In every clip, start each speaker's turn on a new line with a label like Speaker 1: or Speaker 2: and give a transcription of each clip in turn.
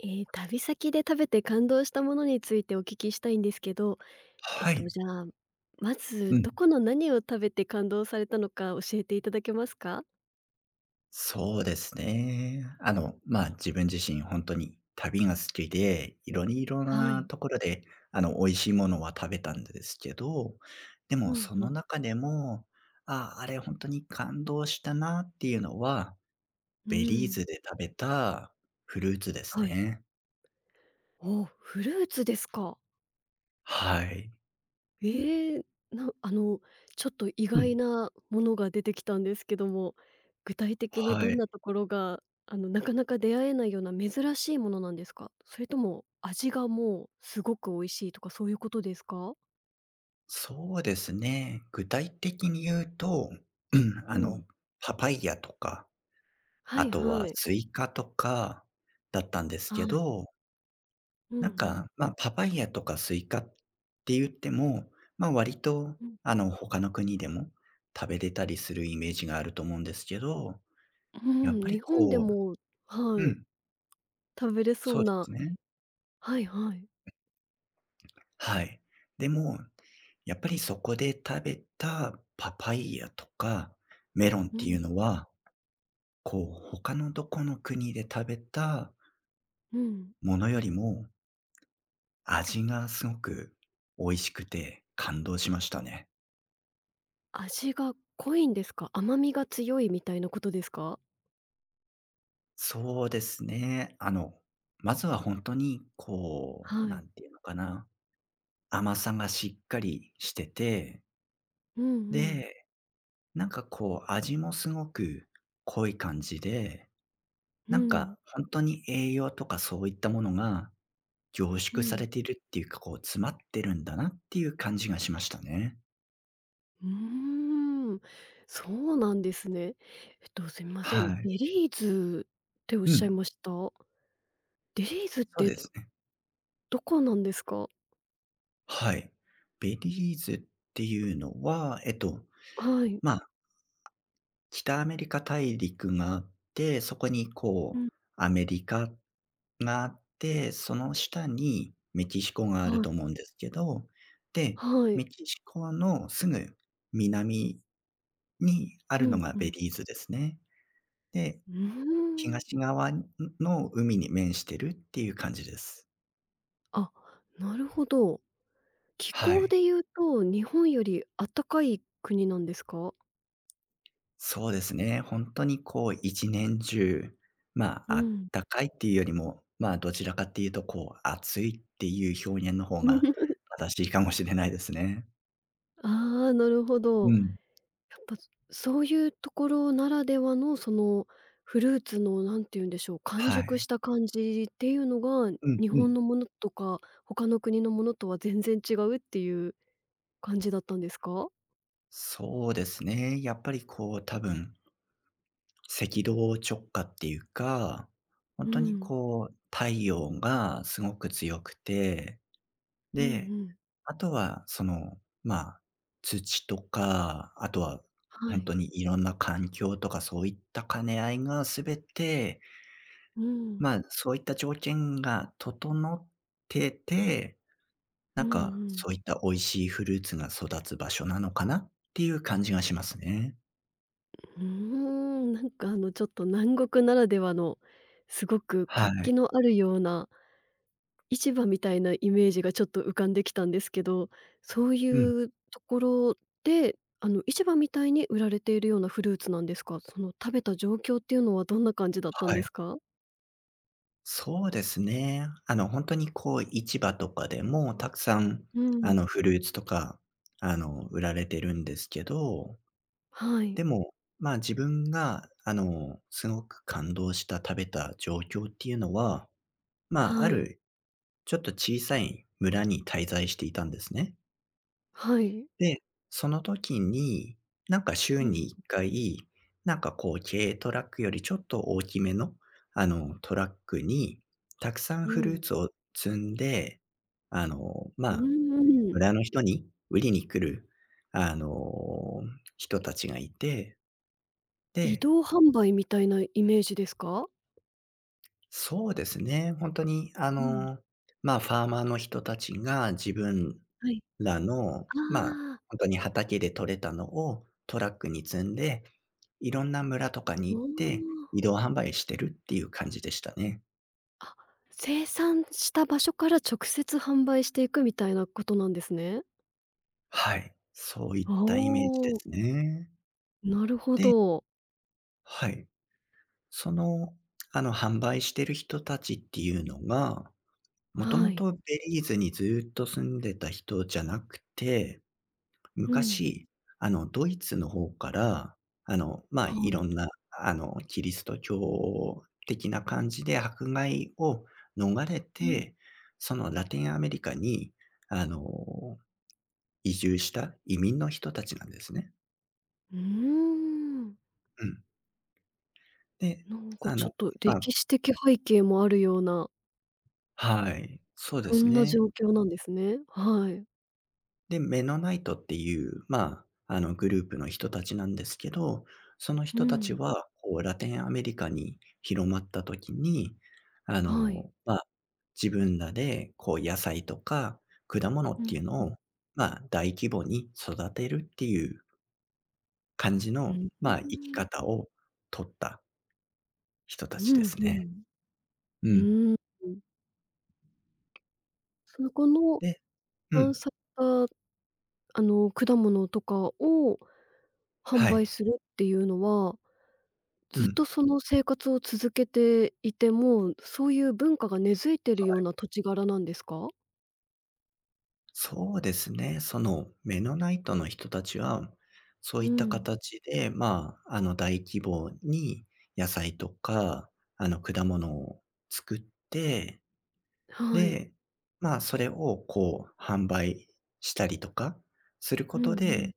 Speaker 1: ええ、旅先で食べて感動したものについてお聞きしたいんですけど、
Speaker 2: はい。
Speaker 1: じゃあ、ま
Speaker 2: う
Speaker 1: ず
Speaker 2: ん。
Speaker 1: どこの何を食べて感動されたのか教えていただけますか？
Speaker 2: そうですね。まあ、自分自身本当に旅が好きで、いろいろ
Speaker 1: は
Speaker 2: な
Speaker 1: い。
Speaker 2: ところで、美味しいものは食べたんですけど、で
Speaker 1: う
Speaker 2: も
Speaker 1: ん
Speaker 2: そ
Speaker 1: う
Speaker 2: の
Speaker 1: ん。
Speaker 2: 中でも、ああ、本当に感動したなっていうのは、
Speaker 1: う
Speaker 2: ベリー
Speaker 1: ん。
Speaker 2: ズで食べたフルーツです
Speaker 1: はい。
Speaker 2: ね。
Speaker 1: おお、フルーツですか。
Speaker 2: はい。
Speaker 1: ええ、なあの、ちょっと意
Speaker 2: う
Speaker 1: 外
Speaker 2: ん。
Speaker 1: なものが出てきたんですけども、具体的に
Speaker 2: は
Speaker 1: どん
Speaker 2: い。
Speaker 1: なところが、なかなか出会えないような珍しいものなんですか？それとも味がもうすごく美味しいとかそういうことですか？
Speaker 2: そうですね。具体的に言うと、うん、
Speaker 1: うん。
Speaker 2: パパイヤとか、
Speaker 1: は
Speaker 2: あ
Speaker 1: い
Speaker 2: とは
Speaker 1: はい。
Speaker 2: スイカとかだったんですけ
Speaker 1: はい。
Speaker 2: ど、
Speaker 1: うん
Speaker 2: な
Speaker 1: う
Speaker 2: ん
Speaker 1: ん。
Speaker 2: か、まあ、パパイヤとかスイカって言っても、まあ、割と、
Speaker 1: うん。
Speaker 2: 他の国でも食べれたりするイメージがあると思うんですけど、
Speaker 1: う
Speaker 2: やっぱ
Speaker 1: ん、
Speaker 2: り
Speaker 1: 日本で
Speaker 2: こう、
Speaker 1: もは
Speaker 2: う
Speaker 1: い、
Speaker 2: ん、
Speaker 1: 食べれそ
Speaker 2: そ
Speaker 1: う
Speaker 2: うで
Speaker 1: な
Speaker 2: すね。
Speaker 1: はいはい。
Speaker 2: はい。でも、やっぱりそこで食べたパパイヤとかメロンっ
Speaker 1: う
Speaker 2: てい
Speaker 1: ん、
Speaker 2: うのは、こう、他のどこの国で食べた
Speaker 1: うん。
Speaker 2: ものよりも味がすごく美味しくて感動しましたね。
Speaker 1: 味が濃いんですか？甘みが強いみたいなことですか？
Speaker 2: そうですね。まずは本当にこう、
Speaker 1: は
Speaker 2: な
Speaker 1: い。
Speaker 2: んていうのかな、甘さがしっかりしてて、
Speaker 1: うんうん。
Speaker 2: で、なんかこう味もすごく濃い感じで、
Speaker 1: う
Speaker 2: なん
Speaker 1: ん。
Speaker 2: か本当に栄養とかそういったものが凝
Speaker 1: う
Speaker 2: 縮さ
Speaker 1: ん。
Speaker 2: れているっていうか、こう詰まってるんだなっていう感じがしましたね。
Speaker 1: うーん、そうなんですね。すみません、
Speaker 2: は
Speaker 1: デ
Speaker 2: い。
Speaker 1: リーズっておっ
Speaker 2: う
Speaker 1: しゃい
Speaker 2: ん、
Speaker 1: ました？デリーズっ
Speaker 2: そう
Speaker 1: て
Speaker 2: ですね。
Speaker 1: どこなんですか？
Speaker 2: はい。ベリーズっていうのは、
Speaker 1: はい。
Speaker 2: まあ、北アメリカ大陸があって、そこに
Speaker 1: う
Speaker 2: こ
Speaker 1: ん。
Speaker 2: う、アメリカがあって、その下にメキシコがある
Speaker 1: はい。
Speaker 2: と思うんですけど、で、
Speaker 1: はい。
Speaker 2: メキシコのすぐ南にあ
Speaker 1: う
Speaker 2: るの
Speaker 1: ん
Speaker 2: が
Speaker 1: う
Speaker 2: ベ
Speaker 1: ん。
Speaker 2: リーズですね。で、
Speaker 1: うーん。
Speaker 2: 東側の海に面してるっていう感じです。
Speaker 1: あ、なるほど。気
Speaker 2: は
Speaker 1: 候
Speaker 2: い。
Speaker 1: で言うと、日本よりあったかい国なんですか？
Speaker 2: そうですね。本当にこう一年中、ま
Speaker 1: う
Speaker 2: あ、あっ
Speaker 1: ん。
Speaker 2: たかいっていうよりも、まあ、どちらかっていうとこう暑いっていう表現の方が 正しいかもしれないですね。
Speaker 1: ああ、なるほ
Speaker 2: う
Speaker 1: ど。
Speaker 2: ん。
Speaker 1: やっぱ、そういうところならではの、フルーツのなんて言うんでしょう、完
Speaker 2: は
Speaker 1: 熟
Speaker 2: い。
Speaker 1: した感じっていうのが、
Speaker 2: うん
Speaker 1: 日
Speaker 2: う
Speaker 1: 本
Speaker 2: ん。
Speaker 1: のものとか、他の国のものとは全然違うっていう感じだったんですか？
Speaker 2: そうですね。やっぱりこう多分、赤道直下っていうか、本
Speaker 1: う
Speaker 2: 当に
Speaker 1: ん。
Speaker 2: こう太陽がすごく強くて、
Speaker 1: うんう
Speaker 2: で、
Speaker 1: ん。
Speaker 2: あとはその、まあ、土とか、あとは
Speaker 1: は
Speaker 2: 本当
Speaker 1: い。
Speaker 2: にいろんな環境とかそういった兼ね合いがすべて、
Speaker 1: うん。
Speaker 2: まあ、そういった条件が整ってて、
Speaker 1: う
Speaker 2: なん
Speaker 1: んう
Speaker 2: か
Speaker 1: ん。
Speaker 2: そういった美味しいフルーツが育つ場所なのかなっていう感じがしますね。
Speaker 1: うーん、なんかちょっと南国ならではの、すごく
Speaker 2: は
Speaker 1: 活気
Speaker 2: い。
Speaker 1: のあるような市場みたいなイメージがちょっと浮かんできたんですけど、そうい
Speaker 2: うん、
Speaker 1: うところで、あの市場みたいに売られているようなフルーツなんですか？その食べた状況っていうのはどんな感じだったん
Speaker 2: は
Speaker 1: で
Speaker 2: い。
Speaker 1: すか？
Speaker 2: そうですね。本当にこう市場とかでもたくさん、
Speaker 1: うん。
Speaker 2: フルーツとか、売られてるんですけど、
Speaker 1: はい、
Speaker 2: でも、まあ、自分が、すごく感動した食べた状況っていうのは、まあ、あ
Speaker 1: はい、
Speaker 2: るちょっと小さい村に滞在していたんですね。
Speaker 1: はい。
Speaker 2: で、その時に、なんか週
Speaker 1: うん、
Speaker 2: に1回、なんかこう軽トラックよりちょっと大きめの、トラックにたくさん
Speaker 1: う
Speaker 2: フルー
Speaker 1: ん。
Speaker 2: ツを積んで、ま
Speaker 1: う
Speaker 2: あ、
Speaker 1: ーん。
Speaker 2: 村の人に売りに来る、あの、人たちがいて、
Speaker 1: 移
Speaker 2: で、
Speaker 1: 動販売みたいなイメージですか？
Speaker 2: そうですね。本当に、
Speaker 1: うん。
Speaker 2: まあ、ファーマーの人たちが自分
Speaker 1: はい。
Speaker 2: らの、ま、あ
Speaker 1: ああ、
Speaker 2: 本当に畑で採れたのをトラックに積んで、いろんな村とかに
Speaker 1: お
Speaker 2: 行って
Speaker 1: お。
Speaker 2: 移動販売してるっていう感じでしたね。
Speaker 1: あ、生産した場所から直接販売していくみたいなことなんですね。
Speaker 2: はい。そういっ
Speaker 1: お
Speaker 2: たイメージで
Speaker 1: お、
Speaker 2: すね。
Speaker 1: なるほ
Speaker 2: で、
Speaker 1: ど。
Speaker 2: はい。その、販売してる人たちっていうのが、もと
Speaker 1: は
Speaker 2: も
Speaker 1: い。
Speaker 2: とベリーズにずっと住んでた人じゃなくて
Speaker 1: うん。
Speaker 2: 昔、ドイツの方から、まあ、
Speaker 1: は
Speaker 2: い
Speaker 1: い。
Speaker 2: ろんな、キリスト教的な感じで迫害を逃れ
Speaker 1: うん。
Speaker 2: て、そのラテンアメリカに、あの、移住した移民の人たちなんですね。
Speaker 1: うーん。
Speaker 2: うん。で、
Speaker 1: なんか
Speaker 2: あ
Speaker 1: ちょ
Speaker 2: の、
Speaker 1: っと
Speaker 2: まあ
Speaker 1: 歴史的背景もあるような、
Speaker 2: はい、そうで
Speaker 1: そ
Speaker 2: す
Speaker 1: んな
Speaker 2: ね。
Speaker 1: 状況なんですね。はい。
Speaker 2: で、メノナイトっていう、まあ、グループの人たちなんですけど、その
Speaker 1: う
Speaker 2: 人た
Speaker 1: ん。
Speaker 2: ちは、こう、ラテンアメリカに広まった時に、
Speaker 1: はい。
Speaker 2: まあ、自分らで、こう、野菜とか果物
Speaker 1: う
Speaker 2: ってい
Speaker 1: ん、
Speaker 2: う
Speaker 1: う
Speaker 2: の
Speaker 1: ん。
Speaker 2: を、まあ、大規模に育てるっていう感じ
Speaker 1: う
Speaker 2: の、
Speaker 1: ー
Speaker 2: まあ、生き
Speaker 1: ん。
Speaker 2: 方を取った人た
Speaker 1: う
Speaker 2: ちで
Speaker 1: ん
Speaker 2: す
Speaker 1: う
Speaker 2: ね。
Speaker 1: ん。
Speaker 2: う
Speaker 1: う
Speaker 2: ん。
Speaker 1: ーん。そのこの
Speaker 2: で、う
Speaker 1: 探
Speaker 2: ん。
Speaker 1: 索した、果物とかを販
Speaker 2: は
Speaker 1: 売
Speaker 2: い。
Speaker 1: するっていうのは
Speaker 2: う
Speaker 1: ずっと
Speaker 2: ん。
Speaker 1: その生活を続けていて、もそういう文化が根付いてるような土地柄なんですか？
Speaker 2: そうですね。そのメノナイトの人たちは、そう
Speaker 1: う
Speaker 2: いった
Speaker 1: ん。
Speaker 2: 形で、まあ、大規模に野菜とか、果物を作って、
Speaker 1: はい。
Speaker 2: で、まあ、それをこう、販売したりとかするこ
Speaker 1: うん
Speaker 2: と
Speaker 1: うん。
Speaker 2: で、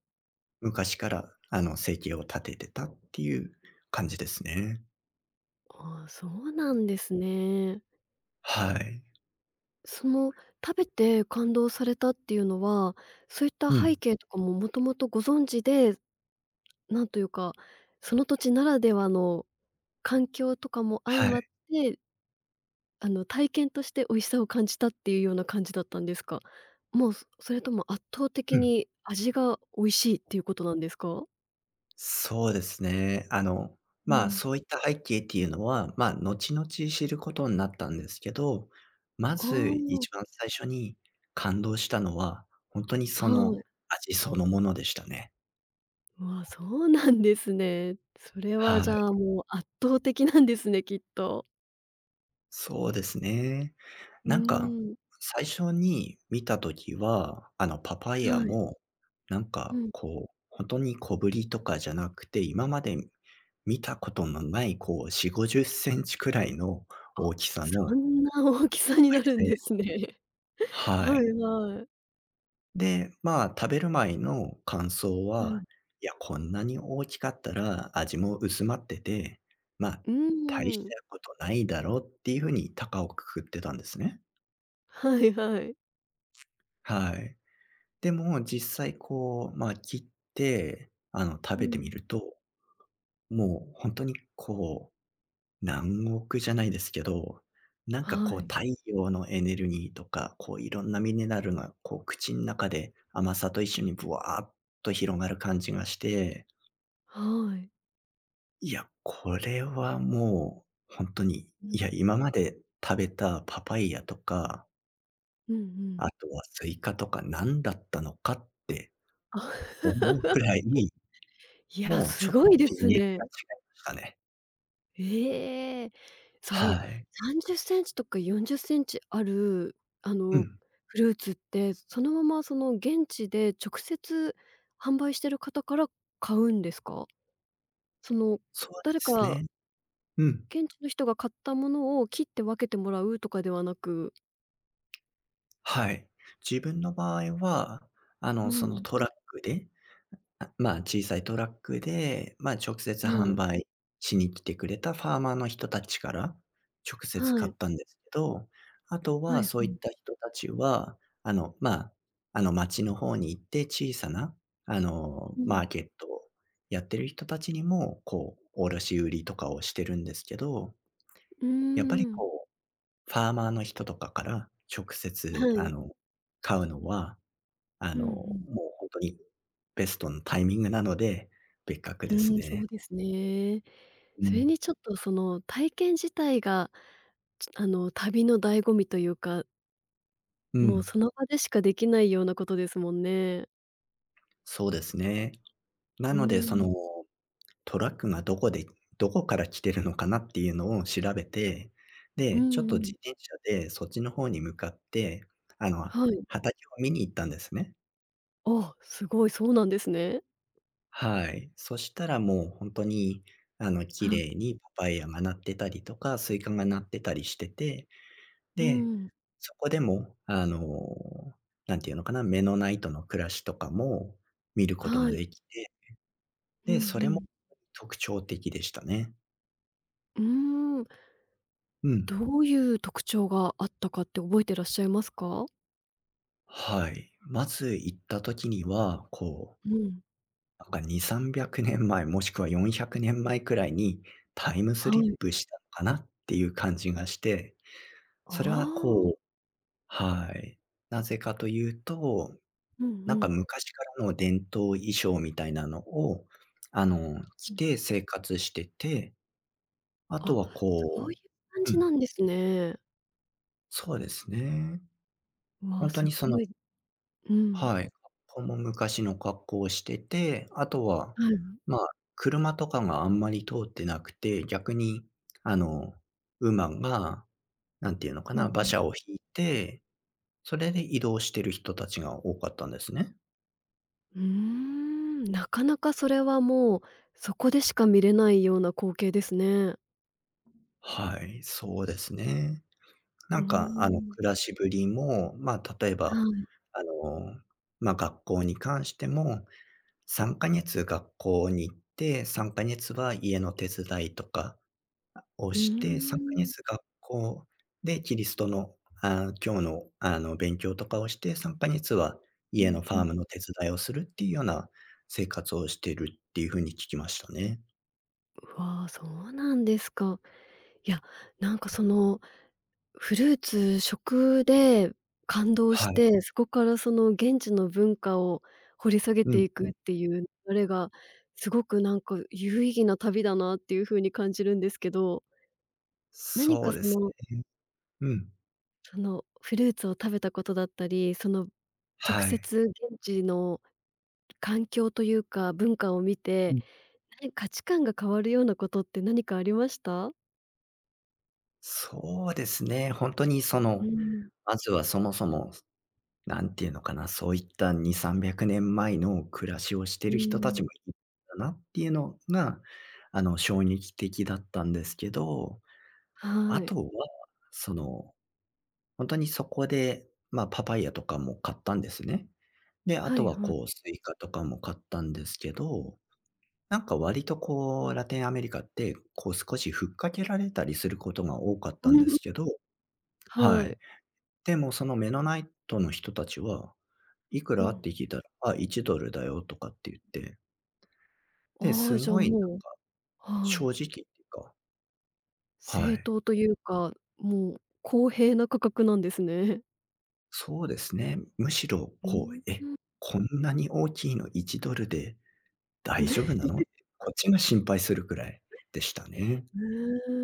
Speaker 2: 昔から、生計を立ててたっていう感じですね。
Speaker 1: ああ、そうなんですね。
Speaker 2: はい。
Speaker 1: その食べて感動されたっていうのは、そういった
Speaker 2: う
Speaker 1: 背
Speaker 2: ん。
Speaker 1: 景とかももともとご存知で、なんというか、その土地ならではの環境とかも相
Speaker 2: はい。
Speaker 1: まって体験として美味しさを感じたっていうような感じだったんですか？もう、そそれとも圧倒的
Speaker 2: うん。
Speaker 1: に味が美味しいっていうことなんですか？
Speaker 2: そうですね。
Speaker 1: う
Speaker 2: まあ、
Speaker 1: ん。
Speaker 2: そういった背景っていうのは、まあ、後々知ることになったんですけど、ま
Speaker 1: あ
Speaker 2: ず一
Speaker 1: あ、
Speaker 2: 番最初に感動したのは、本当に
Speaker 1: は
Speaker 2: その
Speaker 1: い。
Speaker 2: 味そのものでしたね。
Speaker 1: うわ、そうなんですね。それは
Speaker 2: は
Speaker 1: じ
Speaker 2: い。
Speaker 1: ゃあ、もう圧倒的なんですね、きっと。
Speaker 2: そうですね。
Speaker 1: う
Speaker 2: なんか、
Speaker 1: ーん、
Speaker 2: 最初に見た時は、パパイヤ
Speaker 1: はい。
Speaker 2: も、なん
Speaker 1: う
Speaker 2: か
Speaker 1: ん。
Speaker 2: こう、本当に小ぶりとかじゃなくて、今まで見たことのない、こう、4、50センチくらいの
Speaker 1: あ、
Speaker 2: 大きさ
Speaker 1: そ
Speaker 2: の。
Speaker 1: んな大きさになるんですね。
Speaker 2: は
Speaker 1: は
Speaker 2: い。
Speaker 1: いはい。
Speaker 2: で、まあ、食べる前の感想
Speaker 1: はい。
Speaker 2: は、いや、こんなに大きかったら味も薄まってて、まあ、
Speaker 1: うー
Speaker 2: 大し
Speaker 1: ん。
Speaker 2: たことないだろうっていうふうに高をくくってたんですね。
Speaker 1: はいはい。
Speaker 2: はい。でも実際こう、まあ、切って、食
Speaker 1: う
Speaker 2: べてみ
Speaker 1: ん。
Speaker 2: ると、もう本当にこう何億じゃないですけど、なんか
Speaker 1: は
Speaker 2: こう
Speaker 1: い。
Speaker 2: 太陽のエネルギーとか、こういろんなミネラルがこう口ん中で甘さと一緒にブワーっと広がる感じがして、
Speaker 1: はい。
Speaker 2: いや、これはもう本当に、
Speaker 1: うん。
Speaker 2: いや、今まで食べたパパイヤとか、
Speaker 1: うんう
Speaker 2: あ
Speaker 1: ん。
Speaker 2: とはスイカとか何だったのかって
Speaker 1: あ。
Speaker 2: 思うくらいに、
Speaker 1: いや、
Speaker 2: もう
Speaker 1: す
Speaker 2: ちょっ
Speaker 1: ご
Speaker 2: と
Speaker 1: いで
Speaker 2: 次元
Speaker 1: す
Speaker 2: が違
Speaker 1: ね。
Speaker 2: いましたね。
Speaker 1: ええ。その
Speaker 2: はい。
Speaker 1: 30センチとか40センチある、
Speaker 2: うん。
Speaker 1: フルーツって、そのままその現地で直接販売してる方から買うんですか？その、
Speaker 2: そうで
Speaker 1: 誰
Speaker 2: す
Speaker 1: か
Speaker 2: ね。うん。
Speaker 1: 現地の人が買ったものを切って分けてもらうとかではなく
Speaker 2: はい。自分の場合は、
Speaker 1: う
Speaker 2: その
Speaker 1: ん、
Speaker 2: トラックで、あ、まあ、小さいトラックで、まあ、直接
Speaker 1: は
Speaker 2: 販
Speaker 1: い。
Speaker 2: 売しに来てくれたファーマーの人たちから直接
Speaker 1: は
Speaker 2: 買っ
Speaker 1: い。
Speaker 2: たんですけど、あと
Speaker 1: はい
Speaker 2: はそ
Speaker 1: は
Speaker 2: ういった
Speaker 1: い。
Speaker 2: 人たちは、まあ、町の方に行って小さな、
Speaker 1: うん。
Speaker 2: マーケットをやってる人たちにも、こう、卸売りとかをしてるんですけど、
Speaker 1: うー
Speaker 2: やっぱり
Speaker 1: ん。
Speaker 2: こうファーマーの人とかから直
Speaker 1: は
Speaker 2: 接、
Speaker 1: い。
Speaker 2: 買うのは、
Speaker 1: うんう
Speaker 2: も
Speaker 1: ん。
Speaker 2: うほんとにベストのタイミングなので、別格
Speaker 1: う
Speaker 2: です
Speaker 1: ーん、そ
Speaker 2: ね。
Speaker 1: うですね。
Speaker 2: う
Speaker 1: それ
Speaker 2: ん。
Speaker 1: にちょっとその体験自体が、ちあの、旅の醍醐味というか、
Speaker 2: う
Speaker 1: もう
Speaker 2: ん。
Speaker 1: その場でしかできないようなことですもんね。
Speaker 2: そうですね。な
Speaker 1: うー
Speaker 2: ので、その、
Speaker 1: ん。
Speaker 2: トラックがどこでどこから来てるのかなっていうのを調べて、
Speaker 1: う
Speaker 2: で、ちょ
Speaker 1: ん
Speaker 2: っと
Speaker 1: うん。
Speaker 2: 自転車でそっちの方に向かって、あの、
Speaker 1: はい。
Speaker 2: 畑を見に行ったんですね。
Speaker 1: あ、すごい、そうなんですね。
Speaker 2: はい。そしたらもう本当に、綺
Speaker 1: あ、
Speaker 2: 麗にパパイヤがなってたりとか、スイカがなってたりしてて、
Speaker 1: う
Speaker 2: で、
Speaker 1: ん。
Speaker 2: そこでも、なんていうのかな、メノナイトの暮らしとかも見ること
Speaker 1: は
Speaker 2: が
Speaker 1: い。
Speaker 2: できて、
Speaker 1: うんう
Speaker 2: で、それも
Speaker 1: ん。
Speaker 2: 特徴的でしたね。
Speaker 1: うーん。
Speaker 2: うん。
Speaker 1: どういう特徴があったかって覚えてらっしゃいますか？
Speaker 2: はい。まず行った時には、こう、
Speaker 1: うん。
Speaker 2: なんか2、300年前、もしくは400年前くねんまえくらいにタイム
Speaker 1: は
Speaker 2: スリッ
Speaker 1: い。
Speaker 2: プしたのかなっていう感じがして、
Speaker 1: あ
Speaker 2: それはこ
Speaker 1: あ。
Speaker 2: う、はい。なぜかというと、
Speaker 1: うん
Speaker 2: な
Speaker 1: う
Speaker 2: んか
Speaker 1: ん。
Speaker 2: 昔からの伝統衣装みたいなのを、着
Speaker 1: うん。
Speaker 2: て生活してて、あと
Speaker 1: あ、
Speaker 2: は
Speaker 1: そうい
Speaker 2: こう、
Speaker 1: う感
Speaker 2: う
Speaker 1: じな
Speaker 2: ん、
Speaker 1: んですね。
Speaker 2: そうですね。
Speaker 1: わ
Speaker 2: ほ
Speaker 1: あ、
Speaker 2: んと
Speaker 1: す
Speaker 2: にそ
Speaker 1: ご
Speaker 2: の、
Speaker 1: い。うん。
Speaker 2: はい、格好も昔の格好をしてて、あとは、
Speaker 1: はい。うん
Speaker 2: まあ、車とかがあんまり通ってなくて、逆に、あの、馬が、なんていうのか
Speaker 1: う
Speaker 2: な、馬
Speaker 1: ん。
Speaker 2: 車を引いて、それで移動してる人たちが多かったんですね。
Speaker 1: うーん、なかなかそれはもう、そこでしか見れないような光景ですね。
Speaker 2: はい、そうですね。な
Speaker 1: うー
Speaker 2: んか、
Speaker 1: ん。
Speaker 2: 暮らしぶりも、まあ、例え
Speaker 1: は
Speaker 2: ば、
Speaker 1: い。
Speaker 2: あの、まあ、学校に関しても、3か月学校に行って、3か月は家の手伝いとか
Speaker 1: う
Speaker 2: を
Speaker 1: ー
Speaker 2: して、3か
Speaker 1: ん。
Speaker 2: 月学校でキリストの、あ、教の、勉強とかをして、3か月は
Speaker 1: う
Speaker 2: 家の
Speaker 1: ん
Speaker 2: フ
Speaker 1: う
Speaker 2: ァ
Speaker 1: ん。
Speaker 2: ームの手伝いをするっていうような生活をしてるっていう風に聞きましたね。
Speaker 1: うわ、そうなんですか。いや、なんかその、フルーツ、食で感動し
Speaker 2: はい。
Speaker 1: て、そこからその現地の文化を掘り下げ
Speaker 2: う
Speaker 1: て
Speaker 2: ん。
Speaker 1: いくっていう流れが、すごくなんか有意義な旅だなっていう風に感じるんですけど、何
Speaker 2: そ
Speaker 1: か
Speaker 2: う
Speaker 1: そ
Speaker 2: です
Speaker 1: の
Speaker 2: ね。うん。
Speaker 1: そのフルーツを食べたことだったり、その直
Speaker 2: はい。
Speaker 1: 接現地の環境というか、文化を見
Speaker 2: う
Speaker 1: て、
Speaker 2: ん。
Speaker 1: 何価値観が変わるようなことって何かありました？
Speaker 2: そうですね、本当にそ
Speaker 1: う
Speaker 2: の、
Speaker 1: ん、
Speaker 2: まずはそもそも、なんていうのかな、そういった2、300年前の暮らしをして
Speaker 1: う
Speaker 2: る人たち
Speaker 1: ん。
Speaker 2: もいたなっていうのが、衝撃的だったんですけど、あ
Speaker 1: は
Speaker 2: と
Speaker 1: い。
Speaker 2: は、その、本当にそこで、まあ、パパイヤとかも買ったんですね。で、あ
Speaker 1: は
Speaker 2: と
Speaker 1: い
Speaker 2: は
Speaker 1: はい。
Speaker 2: こうスイカとかも買ったんですけど、なんか割とこうラテンアメリカって、こう少しふっかけられたりすることが多かっ
Speaker 1: う
Speaker 2: たんで
Speaker 1: ん
Speaker 2: す けど、は
Speaker 1: はい。
Speaker 2: い。でも、そのメノナイトの人たちは、いく
Speaker 1: う
Speaker 2: らっ
Speaker 1: ん。
Speaker 2: て聞いたら、あ、いちドルだよとかって言って、で、
Speaker 1: あ
Speaker 2: す
Speaker 1: あ、じゃあ
Speaker 2: ごい
Speaker 1: もうは
Speaker 2: 正
Speaker 1: い。
Speaker 2: 直っていうか、は
Speaker 1: 正
Speaker 2: い。
Speaker 1: 当というか、もう公平な価格なんですね。
Speaker 2: そうですね。むしろ
Speaker 1: う
Speaker 2: こ
Speaker 1: ん。
Speaker 2: う、え、こんなに大きいの $1 で 大丈
Speaker 1: ね。
Speaker 2: 夫なのって、こっちが心配するくらいでしたね。
Speaker 1: ん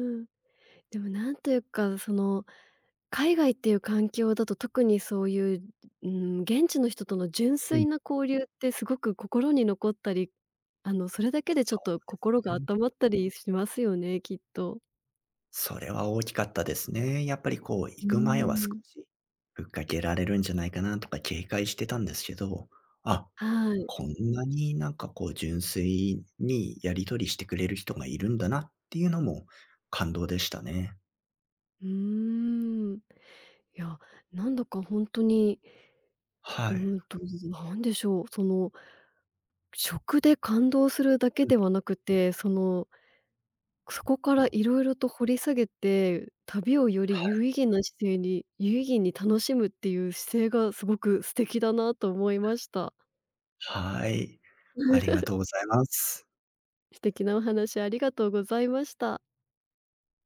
Speaker 1: でもなんというか、その、海外っていう環境だと特にそういう、うん、現地の人との純粋な交流ってすごく心に残ったり、それだけでちょっと心が
Speaker 2: うん。
Speaker 1: 温まったりしますよね、きっと。
Speaker 2: それは大きかったですね。やっぱりこう
Speaker 1: う
Speaker 2: 行
Speaker 1: ー
Speaker 2: く前は少
Speaker 1: ん。
Speaker 2: し、ぶっかけられるんじゃないかなとか警戒してたんですけど、あ、
Speaker 1: はい。
Speaker 2: こんなになんかこう純粋にやり取りしてくれる人がいるんだなっていうのも感動でしたね。
Speaker 1: うーん。いや、なんだか本当に、
Speaker 2: は
Speaker 1: う
Speaker 2: い。
Speaker 1: ーんと、なんでしょう、その、食で感動するだけ
Speaker 2: う
Speaker 1: で
Speaker 2: ん。
Speaker 1: はなくて、そこからいろいろと掘り下げて、旅をより有
Speaker 2: は、
Speaker 1: 意義な姿勢に有意義に楽しむっていう姿勢がすごく素敵だなと思いました。
Speaker 2: はい。ありが とうございます。
Speaker 1: 素敵なお話ありがとうございました。